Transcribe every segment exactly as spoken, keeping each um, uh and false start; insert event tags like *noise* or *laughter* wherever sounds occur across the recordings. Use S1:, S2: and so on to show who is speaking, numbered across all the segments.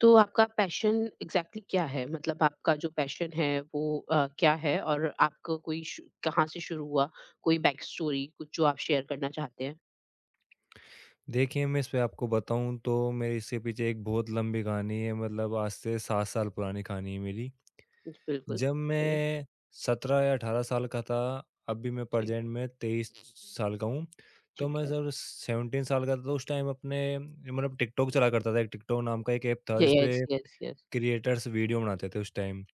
S1: तो आपका passion exactly क्या है? मतलब आपका जो पैशन है वो अ, क्या है और आपका कोई शु कहाँ से शुरू हुआ? कोई बैक स्टोरी कुछ जो आप शेयर करना चाहते हैं?
S2: देखिए, मैं इसपे आपको बताऊँ तो मेरे इसके पीछे एक बहुत लंबी कहानी है। मतलब आज से सात साल पुरानी कहानी है मेरी।
S1: जी, बिल्कुल
S2: जब
S1: बताइए।
S2: मैं सत्रह या अठारह साल का था, अभी मैं
S1: जी,
S2: प्रेज़ेंट में तेईस साल का हूँ। तो
S1: ठीक
S2: मैं
S1: है।
S2: जब सेवनटीन साल का था तो उस टाइम अपने मतलब टिकटॉक चला करता था, एक टिकटॉक नाम का एक ऐप था
S1: जी,
S2: जिसपे
S1: yes, yes, yes.
S2: Creators video बनाते थे उस टाइम।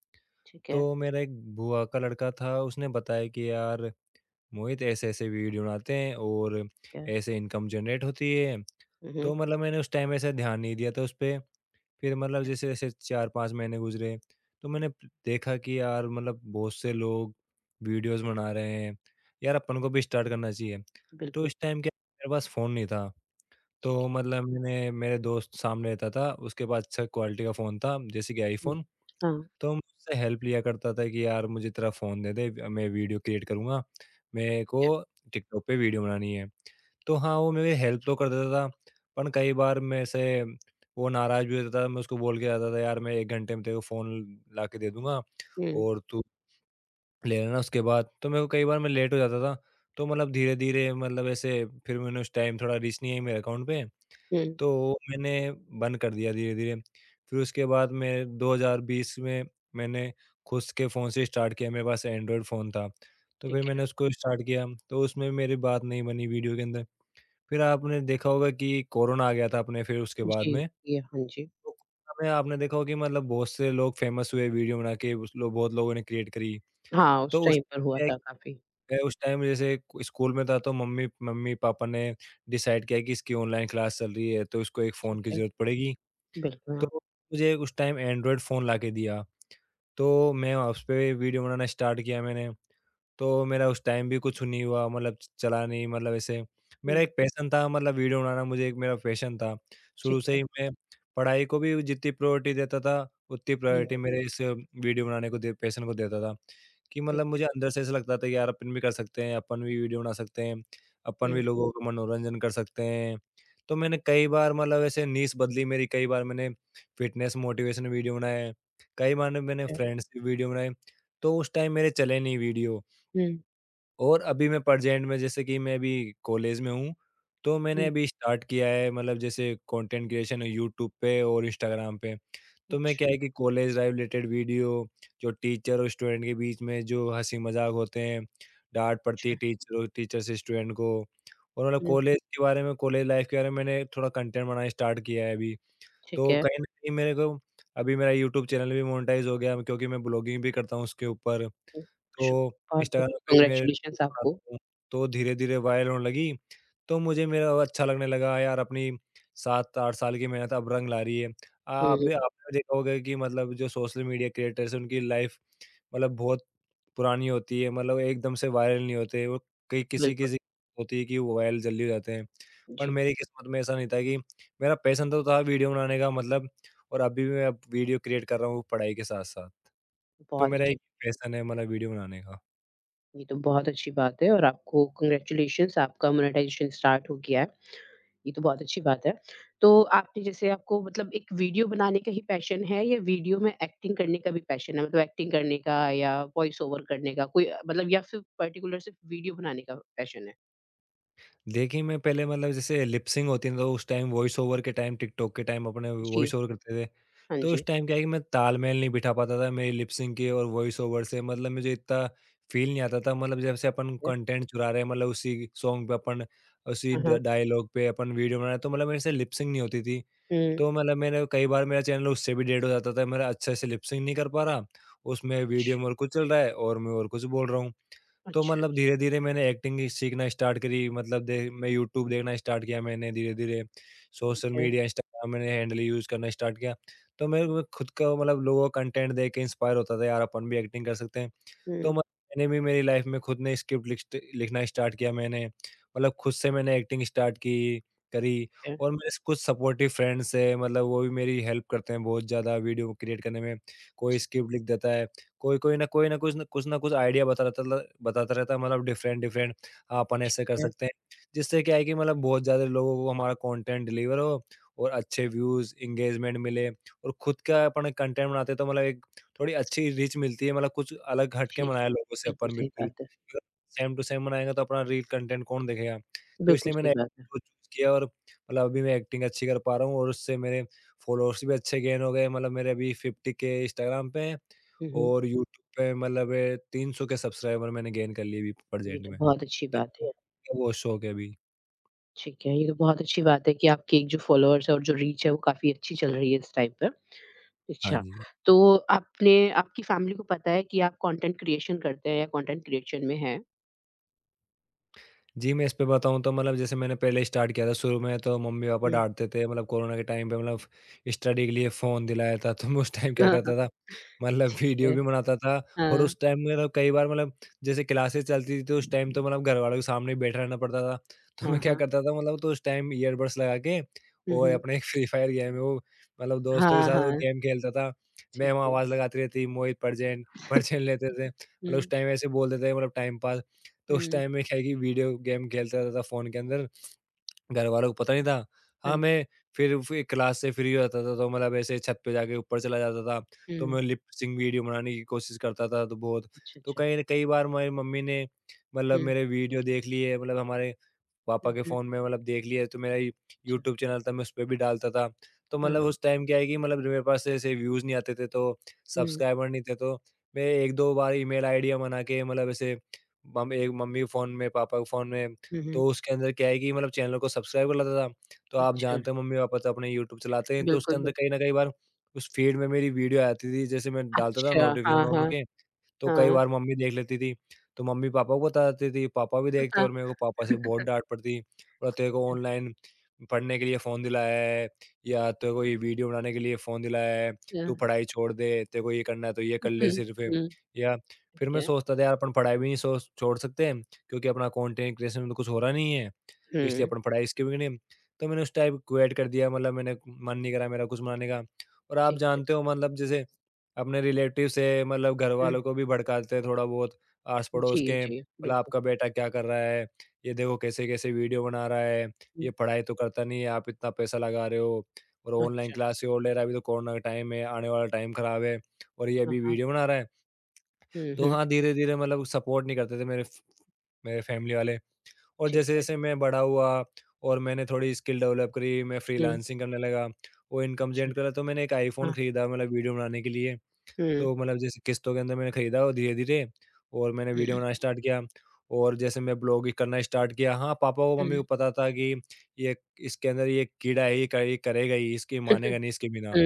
S1: ठीक है,
S2: तो मेरा एक बुआ का लड़का था, उसने बताया कि यार मोहित ऐसे-ऐसे वीडियो बनाते हैं और
S1: ठीक है।
S2: ऐसे इनकम जनरेट होती है।
S1: हुँ,
S2: तो
S1: हुँ,
S2: मतलब मैंने उस टाइम ऐसा ध्यान नहीं दिया था उस पे। फिर मतलब
S1: ठीक है।
S2: जैसे-जैसे चार पाँच महीने गुज़रे, तो मैंने प- देखा कि यार मतलब बहुत से लोग वीडियोज़ बना रहे हैं, यार अपन को भी स्टार्ट करना चाहिए। तो
S1: बिल्कुल,
S2: इस टाइम क्या, मेरे पास फ़ोन नहीं था,
S1: ठीक
S2: तो
S1: है।
S2: मतलब मैंने मेरे दोस्त सामने रहता था, उसके पास अच्छा क्वालिटी का फ़ोन था, जैसे कि
S1: हुँ,
S2: आईफ़ोन।
S1: हाँ,
S2: तो मैं उससे हेल्प लिया करता था कि यार मुझे तेरा फ़ोन दे दे, मैं वीडियो क्रिएट करूँगा, मेरे को
S1: ठीक है।
S2: टिकटॉक पे वीडियो बनानी है। तो हाँ, वो मेरी हेल्प तो कर देता था, पर कई बार मेरे से वो नाराज़ भी हो जाता था, मैं उसको बोल के जाता था, "यार, मैं एक घंटे में तेरे को फ़ोन लाके दे दूँगा
S1: हुँ,
S2: और तू ले लेना उसके बाद।" तो मेरे को कई बार मैं लेट हो जाता था, तो मतलब धीरे-धीरे मतलब ऐसे फिर मैंने उस टाइम थोड़ा रीच नहीं आई मेरे अकाउंट पे,
S1: हुँ,
S2: तो मैंने बंद कर दिया धीरे-धीरे। फिर उसके बाद मैं दो हज़ार बीस में मैंने खुद के फ़ोन से स्टार्ट किया, मेरे पास एंड्रॉयड फ़ोन था, तो फिर
S1: ठीक है।
S2: मैंने उसको स्टार्ट किया, तो उसमें मेरी बात नहीं बनी वीडियो के अंदर। फिर आपने देखा होगा कि कोरोना आ गया था अपने फिर उसके बाद
S1: जी,
S2: में,
S1: जी, हाँ जी।
S2: तो कोरोना में आपने देखा होगा कि मतलब बहुत से लोग फ़ेमस हुए वीडियो बना के, उस लो बहुत लोगों ने क्रिएट करी।
S1: हाँ, उस
S2: तो उस
S1: टाइम पर हुआ
S2: क्या
S1: था
S2: है,
S1: काफ़ी।
S2: अ, उस टाइम जैसे क स्कूल में था तो मम्मी मम्मी-पापा ने डिसाइड किया कि इसकी ऑनलाइन क्लास चल रही है तो इसको एक
S1: ठीक
S2: फ़ोन की
S1: है,
S2: ज़रूरत पड़ेगी।
S1: बिल्कुल
S2: तो
S1: हाँ।
S2: मुझे उस टाइम एंड्रॉइड फ़ोन लाके दिया, तो मैं उस पे वीडियो बनाना स्टार्ट किया मैंने। तो मेरा उस टाइम भी कुछ नहीं हुआ, मतलब च चला नहीं मतलब ऐसे।
S1: हुँ,
S2: मेरा एक पैशन था, मतलब वीडियो बनाना, मुझे एक मेरा पैशन था।
S1: ठीक
S2: शुरू से
S1: है।
S2: ही मैं पढ़ाई को भी जितनी प्रायोरिटी देता था, उतनी प्रायोरिटी
S1: हुँ,
S2: मेरे इस वीडियो बनाने को दे पैशन को देता था। कि
S1: ठीक
S2: मतलब
S1: है।
S2: मुझे अंदर से ऐसा लगता था कि यार अपन भी कर सकते हैं, अपन भी वीडियो बना सकते हैं, अपन भी
S1: हुँ,
S2: लोगों का मनोरंजन कर सकते हैं। तो मैंने कई बार मतलब ऐसे नीश बदली मेरी, कई बार मैंने फिटनेस मोटिवेशन वीडियो बनाए, कई बार
S1: ठीक
S2: मैंने
S1: है।
S2: फ्रेंड्स के वीडियो बनाए। तो उस टाइम मेरे चले नहीं वीडियो।
S1: हुँ,
S2: और अभी मैं प्रेज़ेंट में जैसे कि मैं अभी कॉलेज में हूँ, तो मैंने
S1: हुँ,
S2: अभी स्टार्ट किया है मतलब जैसे कंटेंट क्रिएशन यूट्यूब पे और इंस्टाग्राम पे। तो मैं क्या
S1: अच्छा,
S2: है कि कॉलेज लाइफ़ रिलेटेड वीडियो, जो टीचर और स्टूडेंट के बीच में जो हँसी-मज़ाक होते हैं, डाँट पड़ती है
S1: अच्छा।
S2: टीचर, और टीचर से स्टूडेंट को, और मतलब
S1: हुँ,
S2: कॉलेज के बारे में, कॉलेज लाइफ़ के बारे में मैंने थोड़ा कंटेंट बनाना स्टार्ट किया है अभी।
S1: ठीक
S2: तो
S1: है।
S2: कहीं न कहीं मेरे को अभी मेरा यूट्यूब चैनल भी मोनेटाइज़ हो गया क्योंकि मैं ब्लॉगिंग भी करता हूँ उसके ऊपर।
S1: हुँ, शु
S2: तो
S1: बहुत-बहुत
S2: इंस्टाग्राम पे मैं
S1: कांग्रेचुलेशंस
S2: रील्स
S1: आपको।
S2: बनाता हूँ, तो धीरे-धीरे वायरल होने लगी, तो मुझे मेरा वो अच्छा लगने लगा यार अपनी सात आठ साल की मेहनत अब रंग ला रही है।
S1: हुँ,
S2: आप भी
S1: हुँ,
S2: आपने देखा होगा कि मतलब जो सोशल मीडिया क्रिएटर्स हैं उनकी लाइफ मतलब बहुत पुरानी होती है, मतलब एकदम से वायरल नहीं होते, वो कई
S1: बिल्कुल,
S2: किसी-किसी होती है कि वो वायरल जल्दी हो जाते हैं। पर
S1: जी।
S2: मेरी किस्मत में ऐसा नहीं था कि मेरा पैशन तो था वीडियो बनाने का मतलब, और अभी भी मैं वीडियो क्रिएट कर रहा हूँ पढ़ाई के साथ-साथ। तो
S1: बहुत
S2: मेरा एक
S1: अच्छी
S2: पैशन है मतलब वीडियो बनाने का।
S1: ये तो बहुत अच्छी बात है और आपको कांग्रेचुलेशंस आपका मोनेटाइज़ेशन स्टार्ट हो गया है, ये तो बहुत अच्छी बात है। तो आपने जैसे आपको मतलब एक वीडियो बनाने का ही पैशन है या वीडियो में एक्टिंग करने का भी पैशन है? मतलब एक्टिंग करने का या वॉइस ओवर करने का कोई मतलब या फिर पर्टिकुलर सिर्फ़ वीडियो बनाने का पैशन है?
S2: देखिए, मैं पहले मतलब जैसे लिप सिंक होती है ना, तो उस टाइम वॉइस ओवर के टाइम टिकटॉक के टाइम अपने
S1: जी,
S2: वॉइस ओवर करते थे।
S1: हाँ
S2: तो
S1: जी।
S2: उस टाइम क्या है कि मैं तालमेल नहीं बिठा पाता था मेरी लिप सिंक के और वॉइस ओवर से, मतलब मुझे इतना फ़ील नहीं आता था। मतलब जैसे अपन
S1: ठीक है।
S2: कंटेंट चुरा रहे हैं, मतलब उसी सॉन्ग पे अपन उसी
S1: हाँ,
S2: ड
S1: हाँ।
S2: डायलॉग पे अपन वीडियो बना रहे हैं तो मतलब मेरे से लिप सिंक नहीं होती थी।
S1: हुँ,
S2: तो मतलब मैंने कई बार मेरा चैनल उससे भी डेड हो जाता था। मेरा अच्छे से लिप सिंक नहीं कर पा रहा, उसमें वीडियो में
S1: अच्छा,
S2: और कुछ चल रहा है और मैं और कुछ बोल रहा हूँ। तो
S1: अच्छा,
S2: मतलब
S1: अच्छा।
S2: धीरे-धीरे मैंने एक्टिंग ही सीखना स्टार्ट करी, मतलब दे मैं यूट्यूब देखना स्टार्ट किया मैंने धीरे-धीरे,
S1: ठीक
S2: सोशल
S1: है।
S2: मीडिया इंस्टाग्राम मैंने हैंडल यूज़ करना स्टार्ट किया। तो मेरे को खुद का मतलब लोगों का कंटेंट देख के इंस्पायर होता था यार अपन भी एक्टिंग कर सकते हैं। तो म
S1: हुँ,
S2: मैंने भी मेरी लाइफ में खुद ने स्क्रिप्ट लिस्ट लिखना स्टार्ट किया मैंने, मतलब खुद से मैंने एक्टिंग स्टार्ट की
S1: ठीक
S2: करी,
S1: है।
S2: और मेरे स कुछ सपोर्टिव फ्रेंड्स हैं, मतलब वो भी मेरी हेल्प करते हैं बहुत ज़्यादा वीडियो क्रिएट करने में। कोई
S1: ठीक
S2: स्क्रिप्ट लिख देता है, कोई कोई ना कोई ना कुछ न कुछ ना कुछ आइडिया बता रहता ल बताता रहता है, मतलब डिफरेंट डिफरेंट, हाँ, अपन ऐसे कर
S1: ठीक है।
S2: सकते हैं। जिससे क्या है कि मतलब बहुत ज़्यादा लोगों को हमारा कंटेंट डिलीवर हो और अच्छे व्यूज़, एंगेजमेंट मिले, और खुद का अपन कंटेंट बनाते हैं तो मतलब एक थोड़ी अच्छी रीच मिलती है, मतलब कुछ अलग हट के
S1: जी,
S2: मनाया
S1: जी।
S2: लोगों से
S1: बिल्कुल
S2: अपन
S1: सही
S2: बिल्कुल।
S1: बात है।
S2: अगर सेम टू सेम मनाएँगे तो अपना रील कंटेंट कौन देखेगा? तो
S1: बिल्कुल
S2: इसलिए मैंने
S1: सही बात है।
S2: acting को चूज़ किया और मतलब अभी मैं एक्टिंग अच्छी कर पा रहा हूँ और उससे मेरे फॉलोअर्स भी अच्छे गेन हो गए, मतलब मेरे अभी फ़िफ़्टी के इंस्टाग्राम पे हैं
S1: हुँ, हुँ।
S2: और यूट्यूब पे मतलब ए तीन सौ के सब्सक्राइबर मैंने गेन कर लिए अभी
S1: ये
S2: प्रेज़ेंट
S1: तो
S2: में।
S1: बहुत अच्छी
S2: तो
S1: बात है।
S2: वो वो शौक है अभी।
S1: ठीक है, ये तो बहुत अच्छी बात है कि आपके जो फ़ॉलोअर्स है और जो रीच है वो काफ़ी अच्छी चल रही है इस टाइम पर।
S2: हाँ
S1: अच्छा,
S2: जी।
S1: तो आपने आपकी फ़ैमिली को पता है कि आप कंटेंट क्रिएशन करते हैं या कंटेंट क्रिएशन में हैं?
S2: जी, मैं इस पे बताऊँ तो मतलब जैसे मैंने पहले स्टार्ट किया था शुरू में तो मम्मी-पापा
S1: हुँ।
S2: डाँटते थे मतलब कोरोना के टाइम पे मतलब स्टडी के लिए फ़ोन दिलाया था, तो मैं उस टाइम क्या करता था
S1: *laughs*
S2: मतलब
S1: ठीक
S2: वीडियो
S1: है।
S2: भी बनाता था। और
S1: हाँ,
S2: उस टाइम में मतलब कई बार मतलब जैसे क्लासेस चलती थी तो उस टाइम तो मतलब घरवालों के सामने ही बैठा रहना पड़ता था। तो
S1: हाँ,
S2: मैं क्या
S1: हाँ।
S2: करता था मतलब तो उस टाइम ईयरबड्स लगा के
S1: हुँ,
S2: और
S1: हुँ।
S2: अपने एक फ्री फायर गेम है वो मतलब दोस्तों के
S1: हाँ,
S2: साथ वो
S1: हाँ,
S2: गेम खेलता था।
S1: ठीक
S2: मैम
S1: है।
S2: आवाज़ लगाती रहती मोहित पढ़ जैन, पढ़
S1: *laughs*
S2: जैन लेते थे। मतलब उस
S1: हुँ,
S2: टाइम ऐसे बोलते थे मतलब टाइम पास। तो उस
S1: हुँ।
S2: टाइम में क्या है कि वीडियो गेम खेलता रहता था फ़ोन के अंदर, घर वालों को पता नहीं था।
S1: हाँ
S2: हाँ,
S1: जी।
S2: मैं फिर फिर क्लास से फ्री हो जाता था तो मतलब ऐसे छत पे जाके ऊपर चला जाता था, तो
S1: हुँ।
S2: मैं लिप सिंक वीडियो बनाने की कोशिश करता था तो बहुत।
S1: अच्छा,
S2: तो
S1: अच्छा।
S2: कई कई बार मेरी मम्मी ने मतलब
S1: हुँ,
S2: मेरे वीडियो देख लिए मतलब हमारे पापा
S1: हुँ,
S2: के
S1: हुँ।
S2: फ़ोन में मतलब देख लिया तो मेरा य
S1: अच्छा।
S2: यूट्यूब चैनल था मैं उसपे भी डालता था। तो मतलब
S1: हाँ।
S2: उस टाइम क्या है कि मतलब मेरे पास ऐसे व्यूज़ नहीं आते थे, तो
S1: हुँ,
S2: सब्सक्राइबर नहीं थे, तो मैं एक दो बार ईमेल आईडियाँ बना के मतलब ऐसे मम एक मम्मी के फ़ोन में, पापा के फ़ोन में,
S1: हुँ,
S2: तो
S1: हुँ।
S2: उसके अंदर क्या है कि मतलब चैनल को सब्सक्राइब कर लेता था। तो आप
S1: अच्छा,
S2: जानते हो मम्मी-पापा तो अपने यूट्यूब चलाते हैं तो उसके
S1: बिल्कुल,
S2: अंदर कहीं
S1: बिल्कुल।
S2: न कहीं बार उस फ़ीड में मेरी वीडियो आती थी जैसे मैं डालता था,
S1: अच्छा,
S2: नोटिफ़िकेशन
S1: हाँ,
S2: ऑन
S1: हाँ,
S2: होके तो कई
S1: हाँ,
S2: बार मम्मी देख लेती थी, तो मम्मी-पापा को बता देती थी, पापा भी
S1: *laughs*
S2: देखते
S1: हाँ,
S2: और मेरे को पापा से बहुत डाँट पड़ती, बोला तेरे को ऑनलाइन पढ़ने के लिए फ़ोन दिलाया है या तेरे को ये वीडियो बनाने के लिए फ़ोन दिलाया है, तू
S1: हुँ,
S2: पढ़ाई छोड़ दे, तेरे को ये करना है तो ये कर ले
S1: हुँ,
S2: सिर्फ़।
S1: हुँ,
S2: या
S1: ठीक
S2: फिर मैं
S1: है,
S2: सोचता था यार अपन पढ़ाई भी नहीं सो छोड़ सकते हैं क्योंकि अपना कंटेंट क्रिएशन में तो कुछ हो रहा नहीं है, तो इसलिए
S1: हुँ,
S2: अपन पढ़ाई इसके भी नहीं, तो मैंने उस टाइम क्विट कर दिया मतलब मैंने मन नहीं करा मेरा कुछ बनाने का। और आप
S1: ठीक है,
S2: जानते हो मतलब जैसे अपने रिलेटिव से मतलब घर
S1: हुँ,
S2: वालों को भी भड़काते हैं थोड़ा बहुत आस-पड़ोस
S1: जी,
S2: के,
S1: जी,
S2: बोला
S1: बिल्कुल,
S2: आपका बेटा क्या कर रहा है? ये देखो कैसे-कैसे वीडियो बना रहा है,
S1: हुँ,
S2: ये पढ़ाई तो करता नहीं है, आप इतना पैसा लगा रहे हो और ऑनलाइन
S1: अच्छा,
S2: क्लासेस और ले रहा है, अभी तो कोरोना का टाइम है, आने वाला टाइम खराब है और ये
S1: हाँ,
S2: अभी
S1: हाँ,
S2: वीडियो बना रहा है।
S1: हुँ,
S2: तो
S1: हुँ,
S2: हाँ, धीरे-धीरे मतलब सपोर्ट नहीं करते थे मेरे फ मेरे फैमिली वाले। और
S1: ठीक है,
S2: जैसे-जैसे मैं बड़ा हुआ और मैंने थोड़ी स्किल डेवलप करी, मैं
S1: हुँ,
S2: फ्रीलांसिंग करने लगा, वो इनकम
S1: अच्छा,
S2: जनरेट करा तो मैंने एक आईफ़ोन
S1: हाँ,
S2: खरीदा मतलब वीडियो बनाने के लिए।
S1: हुँ,
S2: तो मतलब जैसे किस्तों के अंदर मैंने खरीदा और धीरे-धीरे और मैंने वीडियो
S1: हुँ,
S2: बनाना स्टार्ट किया और जैसे मैं ब्लॉगिंग करना स्टार्ट किया। हाँ, पापा को
S1: हुँ,
S2: मम्मी
S1: हुँ,
S2: को पता था कि ये इसके अंदर ये कीड़ा है, ये करे ये करेगा ही, इसकी मानेगा
S1: *laughs*
S2: नहीं इसके बिना।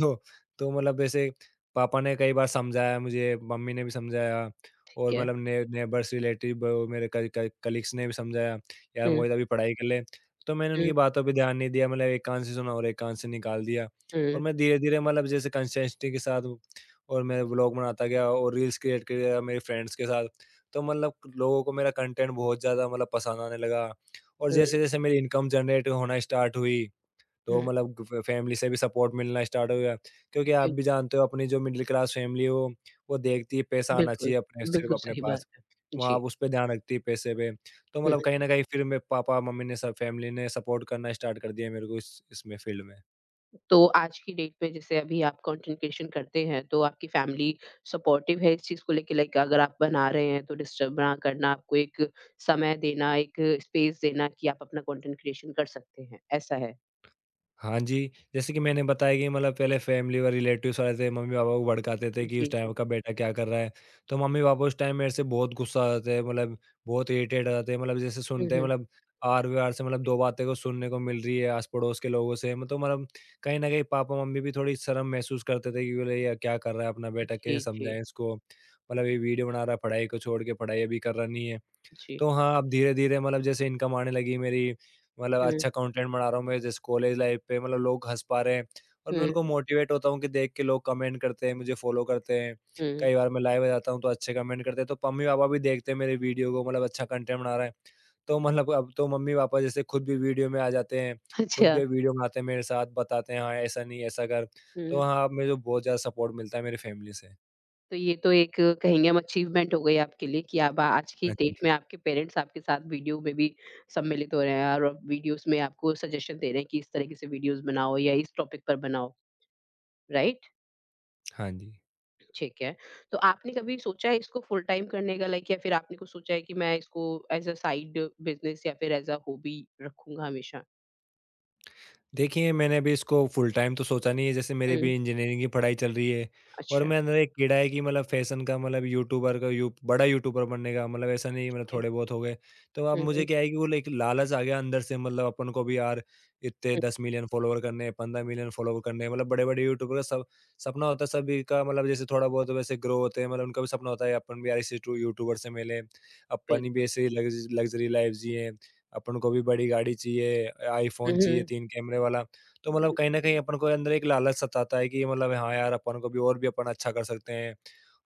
S2: तो तो मतलब ऐसे पापा ने कई बार समझाया मुझे, मम्मी ने भी समझाया
S1: ठीक
S2: और
S1: है,
S2: मतलब ने नेबर्स, रिलेटिव मेरे क क कलीग्स ने भी समझाया, "यार
S1: हुँ,
S2: मोहित अभी पढ़ाई कर ले।" तो मैंने उनकी
S1: हुँ,
S2: बातों पे ध्यान नहीं दिया, मतलब एक कान से सुना और एक कान से निकाल दिया। और
S1: हुँ,
S2: मैं धीरे-धीरे मतलब जैसे कंसिस्टेंसी के साथ और मैं व्लॉग बनाता गया और रील्स क्रिएट कर गया मेरे फ्रेंड्स के साथ। तो मतलब लोगों को मेरा कंटेंट बहुत ज़्यादा मतलब पसंद आने लगा और
S1: हुँ,
S2: जैसे-जैसे मेरी इनकम जनरेट होना स्टार्ट हुई
S1: हुँ,
S2: तो मतलब फ फैमिली से भी सपोर्ट मिलना स्टार्ट हो गया। क्योंकि आप
S1: बिल
S2: भी जानते हो अपनी जो मिडल क्लास फैमिली है वो वो देखती है पैसा आना
S1: बिल्कुल,
S2: चाहिए अपने सिर्फ़
S1: बिल्कुल
S2: अपने
S1: सही बात
S2: पास।
S1: है,
S2: वहाँ
S1: जी,
S2: आप उस पे ध्यान रखती है पैसे पे। तो
S1: हुँ।
S2: मतलब कहीं न कहीं फिर मेरे पापा-मम्मी ने सब फैमिली ने सपोर्ट करना स्टार्ट कर दिया मेरे को इस इसमें फ़ील्ड में।
S1: तो आज की डेट पे जैसे अभी आप कंटेंट क्रिएशन करते हैं, तो आपकी फैमिली सपोर्टिव है इस चीज़ को लेके लाइक अगर आप बना रहे हैं तो डिस्टर्ब ना करना, आपको एक समय देना, एक स्पेस देना कि आप अपना कंटेंट क्रिएशन कर सकते हैं, ऐसा है?
S2: हाँ जी। जैसे कि मैंने बताया कि मतलब पहले फैमिली और रिलेटिव्स वाले थे, मम्मी-पापा को भड़काते थे कि,
S1: जी,
S2: "इस
S1: जी।
S2: टाइम का बेटा क्या कर रहा है?" तो मम्मी-पापा उस टाइम मेरे से बहुत गुस्सा आ जाते हैं, मतलब बहुत इरिटेट हो जाते हैं, मतलब जैसे
S1: हुँ,
S2: सुनते हैं
S1: हुँ।
S2: मतलब आर-पार से मतलब दो बातें को सुनने को मिल रही है आस-पड़ोस के लोगों से। मतलब तो मतलब कहीं न कहीं पापा-मम्मी भी थोड़ी शर्म महसूस करते थे कि बोले, "ये क्या कर रहा है अपना बेटा? कैसे
S1: जी, जी,
S2: समझाएँ इसको? मतलब ये वीडियो बना रहा है, पढ़ाई को छोड़ के, पढ़ाई अभी कर रहा नहीं है।"
S1: जी।
S2: तो हाँ, अब धीरे-धीरे मतलब जैसे इनकम आने लगी मेरी, मतलब
S1: हुँ,
S2: अच्छा कंटेंट बना रहा हूँ मैं जैसे कॉलेज लाइफ़ पे मतलब लोग हँस पा रहे हैं और मैं
S1: हुँ,
S2: उनको मोटिवेट होता हूँ कि देख के लोग कमेंट करते हैं, मुझे फॉलो करते हैं।
S1: हुँ।
S2: कई बार मैं लाइव आ जाता हूँ तो अच्छे कमेंट करते हैं, तो मम्मी-पापा भी देखते हैं मेरे वीडियो को मतलब अच्छा कंटेंट बना रहा है। तो मतलब अब तो मम्मी-पापा जैसे खुद भी वीडियो में आ जाते हैं,
S1: *laughs*
S2: खुद
S1: अच्छा।
S2: भी वीडियो बनाते हैं मेरे साथ, बताते हैं, "हाँ, ऐसा नहीं, ऐसा कर।" तो
S1: हुँ।
S2: हाँ, अब मुझे बहुत ज़्यादा सपोर्ट मिलता है मेरी फैमिली से।
S1: तो ये तो एक कहेंगे हम अचीवमेंट हो गई आपके लिए कि आप आज की
S2: हाँ
S1: डेट
S2: जी।
S1: में आपके पेरेंट्स आपके साथ वीडियो में भी सम्मिलित हो रहे हैं और अब वीडियोस में आपको सजेशन दे रहे हैं कि इस तरीके से वीडियोस बनाओ या इस टॉपिक पर बनाओ, राइट?
S2: हाँ जी।
S1: ठीक है। तो आपने कभी सोचा है इसको फुल टाइम करने का लाइक या फिर आपने कुछ सोचा है कि मैं इसको एज़ अ साइड बिज़नेस या फिर एज़ अ हॉबी रखूँगा हमेशा?
S2: देखिए, मैंने अभी इसको फुल टाइम तो सोचा नहीं है, जैसे मेरी
S1: हुँ,
S2: भी इंजीनियरिंग की पढ़ाई चल रही है। और
S1: अच्छा,
S2: मेरे अंदर एक कीड़ा है कि मतलब फैशन का मतलब यूट्यूबर का यू बड़ा यूट्यूबर बनने का मतलब ऐसा नहीं
S1: ठीक
S2: मतलब
S1: है।
S2: थोड़े बहुत हो गए। तो अब
S1: हुँ,
S2: मुझे
S1: हुँ,
S2: क्या है कि वो एक लालच आ गया अंदर से मतलब अपन को भी यार इतने
S1: हुँ,
S2: दस मिलियन फॉलोवर करने हैं, पंद्रह मिलियन फॉलोवर करने हैं, मतलब बड़े-बड़े यूट्यूबर का सब सपना होता है सभी का मतलब जैसे थोड़ा बहुत तो वैसे ग्रो होते हैं मतलब उनका भी सपना होता है अपन भी यार इसी टू यूट्यूबर से मिले,
S1: बिल
S2: अपन भी ऐसे ही लग्ज़ लग्ज़री लाइफ़ जिएँ। अपन को भी बड़ी गाड़ी चाहिए,
S1: हुँ,
S2: आईफ़ोन चाहिए
S1: हुँ,
S2: तीन कैमरे वाला। तो मतलब
S1: हुँ,
S2: कहीं न कहीं अपन को अंदर एक लालच सताता है कि मतलब हाँ यार, अपन को भी और भी अपन अच्छा कर सकते हैं।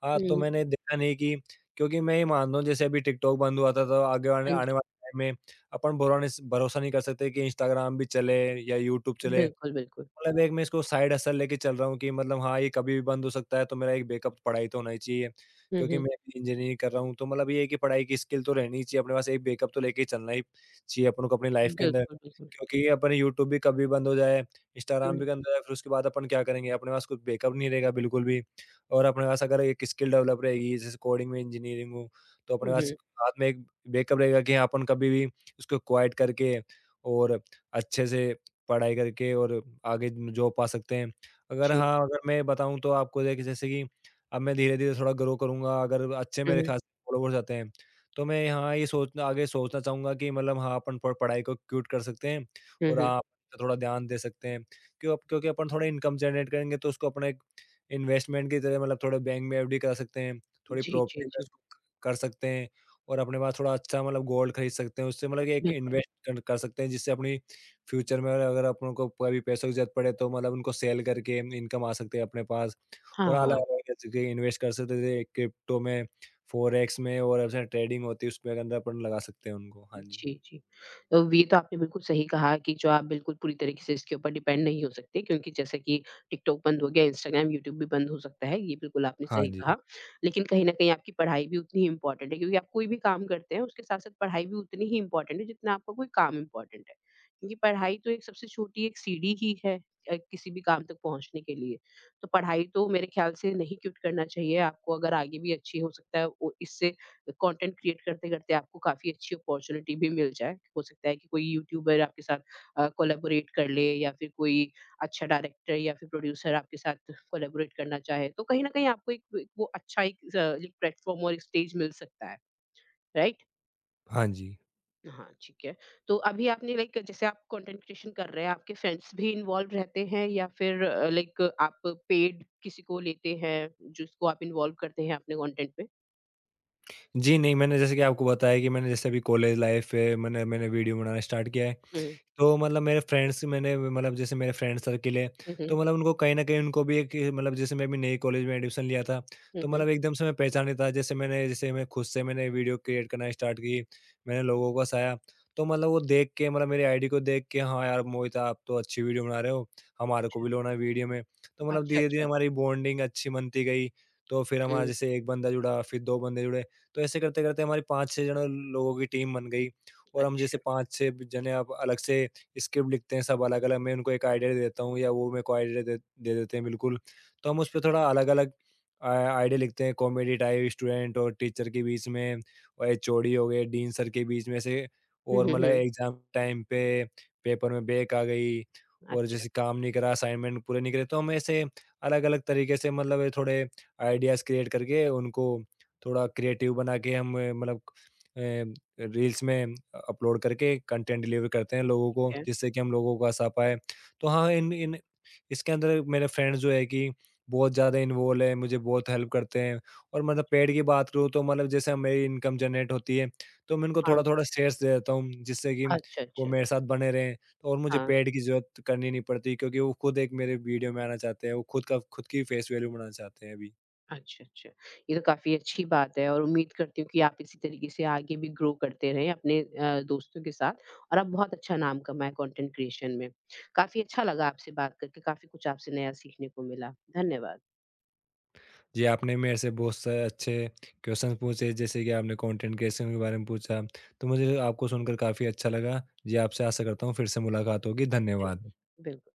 S2: हाँ, तो
S1: हुँ,
S2: मैंने देखा नहीं कि क्योंकि मैं ये मानता हूँ जैसे अभी टिकटॉक बंद हुआ था, तो आगे आने
S1: हाँ
S2: आने
S1: जी,
S2: वाले टाइम में अपन भरोने स भरोसा नहीं कर सकते कि इंस्टाग्राम भी चले या यूट्यूब चले।
S1: बिल्कुल, बिल्कुल।
S2: मतलब एक मैं इसको साइड हसल लेके चल रहा हूँ कि मतलब हाँ, ये कभी भी बंद हो सकता है, तो मेरा एक बैकअप पढ़ाई तो होना ही चाहिए।
S1: हुँ,
S2: क्योंकि
S1: हुँ,
S2: मैं अभी इंजीनियरिंग कर रहा हूँ, तो मतलब ये है कि पढ़ाई की स्किल तो रहनी ही चाहिए, अपने पास एक बैकअप तो लेके ही चलना ही चाहिए अपन को अपनी लाइफ के अंदर।
S1: बिल्कुल, बिल्कुल।
S2: क्योंकि अपन यूट्यूब भी कभी बंद हो जाए, इंस्टाग्राम
S1: हुँ,
S2: भी बंद हो जाए, फिर उसके बाद अपन क्या करेंगे? अपने पास कुछ बैकअप नहीं रहेगा बिल्कुल भी और अपने पास अगर एक स्किल डेवलप रहेगी, जैसे कोडिंग में इंजीनियरिंग हो, तो अपने
S1: हुँ,
S2: पास
S1: हुँ,
S2: हाथ में एक बैकअप रहेगा कि हाँ, अपन कभी भी उसको क्वाइट करके और अच्छे से पढ़ाई करके और आगे जॉब पा सकते हैं। अगर
S1: जी।
S2: हाँ, अगर मैं बताऊँ तो आपको देखिए जैसे कि अब मैं धीरे-धीरे थोड़ा ग्रो करूँगा, अगर अच्छे
S1: हुँ,
S2: मेरे
S1: हुँ।
S2: खासे फॉलोवर्स आते हैं, तो मैं यहाँ ये सोचना आगे सोचना चाहूँगा कि मतलब हाँ, अपन प पढ़ाई को क्विट कर सकते हैं
S1: हुँ,
S2: और
S1: हुँ।
S2: हाँ, पे थोड़ा ध्यान दे सकते हैं। क्यों क्योंकि अपन थोड़ा इनकम जनरेट करेंगे तो उसको अपना एक इन्वेस्टमेंट की तरह मतलब थोड़ा बैंक में एफडी करा सकते हैं, थोड़ी
S1: जी, जी,
S2: प्रॉपर्टी में
S1: जी।
S2: उसको क कर सकते हैं और अपने पास थोड़ा अच्छा मतलब गोल्ड खरीद सकते हैं, उससे मतलब कि एक
S1: बिल्कुल।
S2: इन्वेस्ट कर कर सकते हैं जिससे अपनी फ्यूचर में अगर अपन को कभी पैसों की ज़रूरत पड़े तो मतलब उनको सेल करके इनकम आ सकती है अपने पास
S1: हाँ,
S2: और
S1: हाँ।
S2: अलग-अलग जैसे कि इन्वेस्ट कर सकते थे क्रिप्टो में, फॉरेक्स में और ऐसे ट्रेडिंग होती है उसमें अगर अंदर अपन लगा सकते हैं उनको। हाँ जी।
S1: जी, जी। अ, ये तो आपने बिल्कुल सही कहा कि जो आप बिल्कुल पूरी तरीके से इसके ऊपर डिपेंड नहीं हो सकते क्योंकि जैसे कि टिकटॉक बंद हो गया, इंस्टाग्राम, यूट्यूब भी बंद हो सकता है, ये बिल्कुल आपने
S2: हाँ
S1: सही
S2: जी।
S1: कहा। लेकिन कहीं न कहीं आपकी पढ़ाई भी उतनी ही इम्पोर्टेंट है क्योंकि आप कोई भी काम करते हैं, उसके साथ-साथ पढ़ाई भी उतनी ही इम्पोर्टेंट है जितना आपका कोई काम इम्पोर्टेंट है। क्योंकि पढ़ाई तो एक सबसे छोटी एक सीढ़ी ही है अ, किसी भी काम तक पहुँचने के लिए। तो पढ़ाई तो मेरे ख्याल से नहीं क्विट करना चाहिए आपको अगर आगे भी अच्छी हो सकता है वो इससे कंटेंट क्रिएट करते-करते आपको काफ़ी अच्छी अपॉर्च्युनिटी भी मिल जाए। हो सकता है कि कोई यूट्यूबर आपके साथ अ, कोलैबोरेट कर ले या फिर कोई अच्छा डायरेक्टर या फिर प्रोड्यूसर आपके साथ कोलैबोरेट करना चाहे, तो कहीं न कहीं आपको एक एक वो अच्छा एक ज़ एक प्लेटफ़ॉर्म और एक स्टेज मिल सकता है, राइट?
S2: हाँ जी।
S1: हाँ, ठीक है। तो अभी आपने लाइक जैसे आप कंटेंट क्रिएशन कर रहे हैं, आपके फ्रेंड्स भी इन्वॉल्व रहते हैं या फिर अ, लाइक आप पेड किसी को लेते हैं, जिसको आप इन्वॉल्व करते हैं अपने कंटेंट में?
S2: जी, नहीं मैंने जैसे कि आपको बताया कि मैंने जैसे अभी कॉलेज लाइफ है मैंने मैंने वीडियो बनाना स्टार्ट किया है।
S1: हुँ।
S2: तो मतलब मेरे फ्रेंड्स मैंने मतलब जैसे मेरे फ्रेंड सर्किल है,
S1: हुँ,
S2: तो
S1: हुँ।
S2: मतलब उनको कहीं न कहीं उनको भी एक मतलब जैसे मैं भी नए कॉलेज में एडमिशन लिया था,
S1: हुँ,
S2: तो
S1: हुँ।
S2: मतलब एकदम से मैं पहचान नहीं था। जैसे मैंने जैसे मैं खुद से मैंने वीडियो क्रिएट करना स्टार्ट की, मैंने लोगों को हँसाया, तो मतलब वो देख के मतलब मेरी आईडी को देख के, "हाँ यार, मोहित आप तो अच्छी वीडियो बना रहे हो, हमारे को
S1: अच्छा।
S2: भी लो ना वीडियो में।" तो मतलब
S1: अच्छा,
S2: धीरे-धीरे
S1: अच्छा।
S2: हमारी बॉन्डिंग अच्छी बनती गई, तो फिर हमारा
S1: हुँ,
S2: जैसे एक बंदा जुड़ा, फिर दो बंदे जुड़े, तो ऐसे करते-करते हमारी पाँच छह जने लोगों की टीम बन गई। और हम जैसे
S1: अच्छा,
S2: पाँच छह जने अब अलग से स्क्रिप्ट लिखते हैं सब अलग-अलग, मैं उनको एक आइडिया देता हूँ या वो मेरे को आइडिया दे दे देते हैं बिल्कुल। तो हम
S1: अच्छा।
S2: उसपे थोड़ा अलग-अलग अ, आइडिया लिखते हैं कॉमेडी टाइप स्टूडेंट और टीचर के बीच में और एचओडी हो गए, डीन सर के बीच में ऐसे
S1: हुँ,
S2: और
S1: हुँ,
S2: मतलब
S1: हुँ।
S2: एग्ज़ाम टाइम पे पेपर में ब्रेक आ गई और
S1: अच्छा,
S2: जैसे काम नहीं करा, असाइनमेंट पूरे नहीं करे तो हम ऐसे अलग-अलग तरीके से मतलब ये थोड़े आइडियाज़ क्रिएट करके उनको थोड़ा क्रिएटिव बना के हम मतलब अ मतलब रील्स में अपलोड करके कंटेंट डिलीवर करते हैं लोगों को
S1: ठीक है।
S2: जिससे कि हम लोगों को आसा पाए। तो हाँ, इन इन इसके अंदर मेरे फ्रेंड्स जो है कि बहुत ज़्यादा इन्वॉल्व हैं, मुझे बहुत हेल्प करते हैं और मतलब पेड की बात करूँ तो मतलब जैसे हम- मेरी इनकम जनरेट होती है, तो मैं उनको
S1: हाँ।
S2: थोड़ा-थोड़ा शेयर्स दे देता हूँ जिससे कि
S1: अच्छा,
S2: वो
S1: अच्छा,
S2: मेरे
S1: अच्छा।
S2: साथ बने रहें तो और मुझे
S1: हाँ।
S2: पेड की ज़रूरत करनी नहीं पड़ती क्योंकि वो खुद एक मेरे वीडियो में आना चाहते हैं, वो खुद का खुद की फेस वैल्यू बनाना चाहते हैं अभी।
S1: अच्छा, अच्छा। ये तो काफ़ी अच्छी बात है और उम्मीद करती हूँ कि आप इसी तरीके से आगे भी ग्रो करते रहें अपने अ, दोस्तों के साथ और आप बहुत अच्छा नाम कमाएँ कंटेंट क्रिएशन में। काफ़ी अच्छा लगा आपसे बात करके, काफ़ी कुछ आपसे नया सीखने को मिला। धन्यवाद।
S2: जी, आपने मेरे से बहुत सारे अच्छे क्वेश्चन पूछे जैसे कि आपने कंटेंट क्रिएशन के बारे में पूछा, तो मुझे आपको सुनकर काफ़ी अच्छा लगा। जी, आपसे आशा करता हूँ फिर से मुलाकात होगी।
S1: बिल्कुल,
S2: धन्यवाद।
S1: बिल्कुल।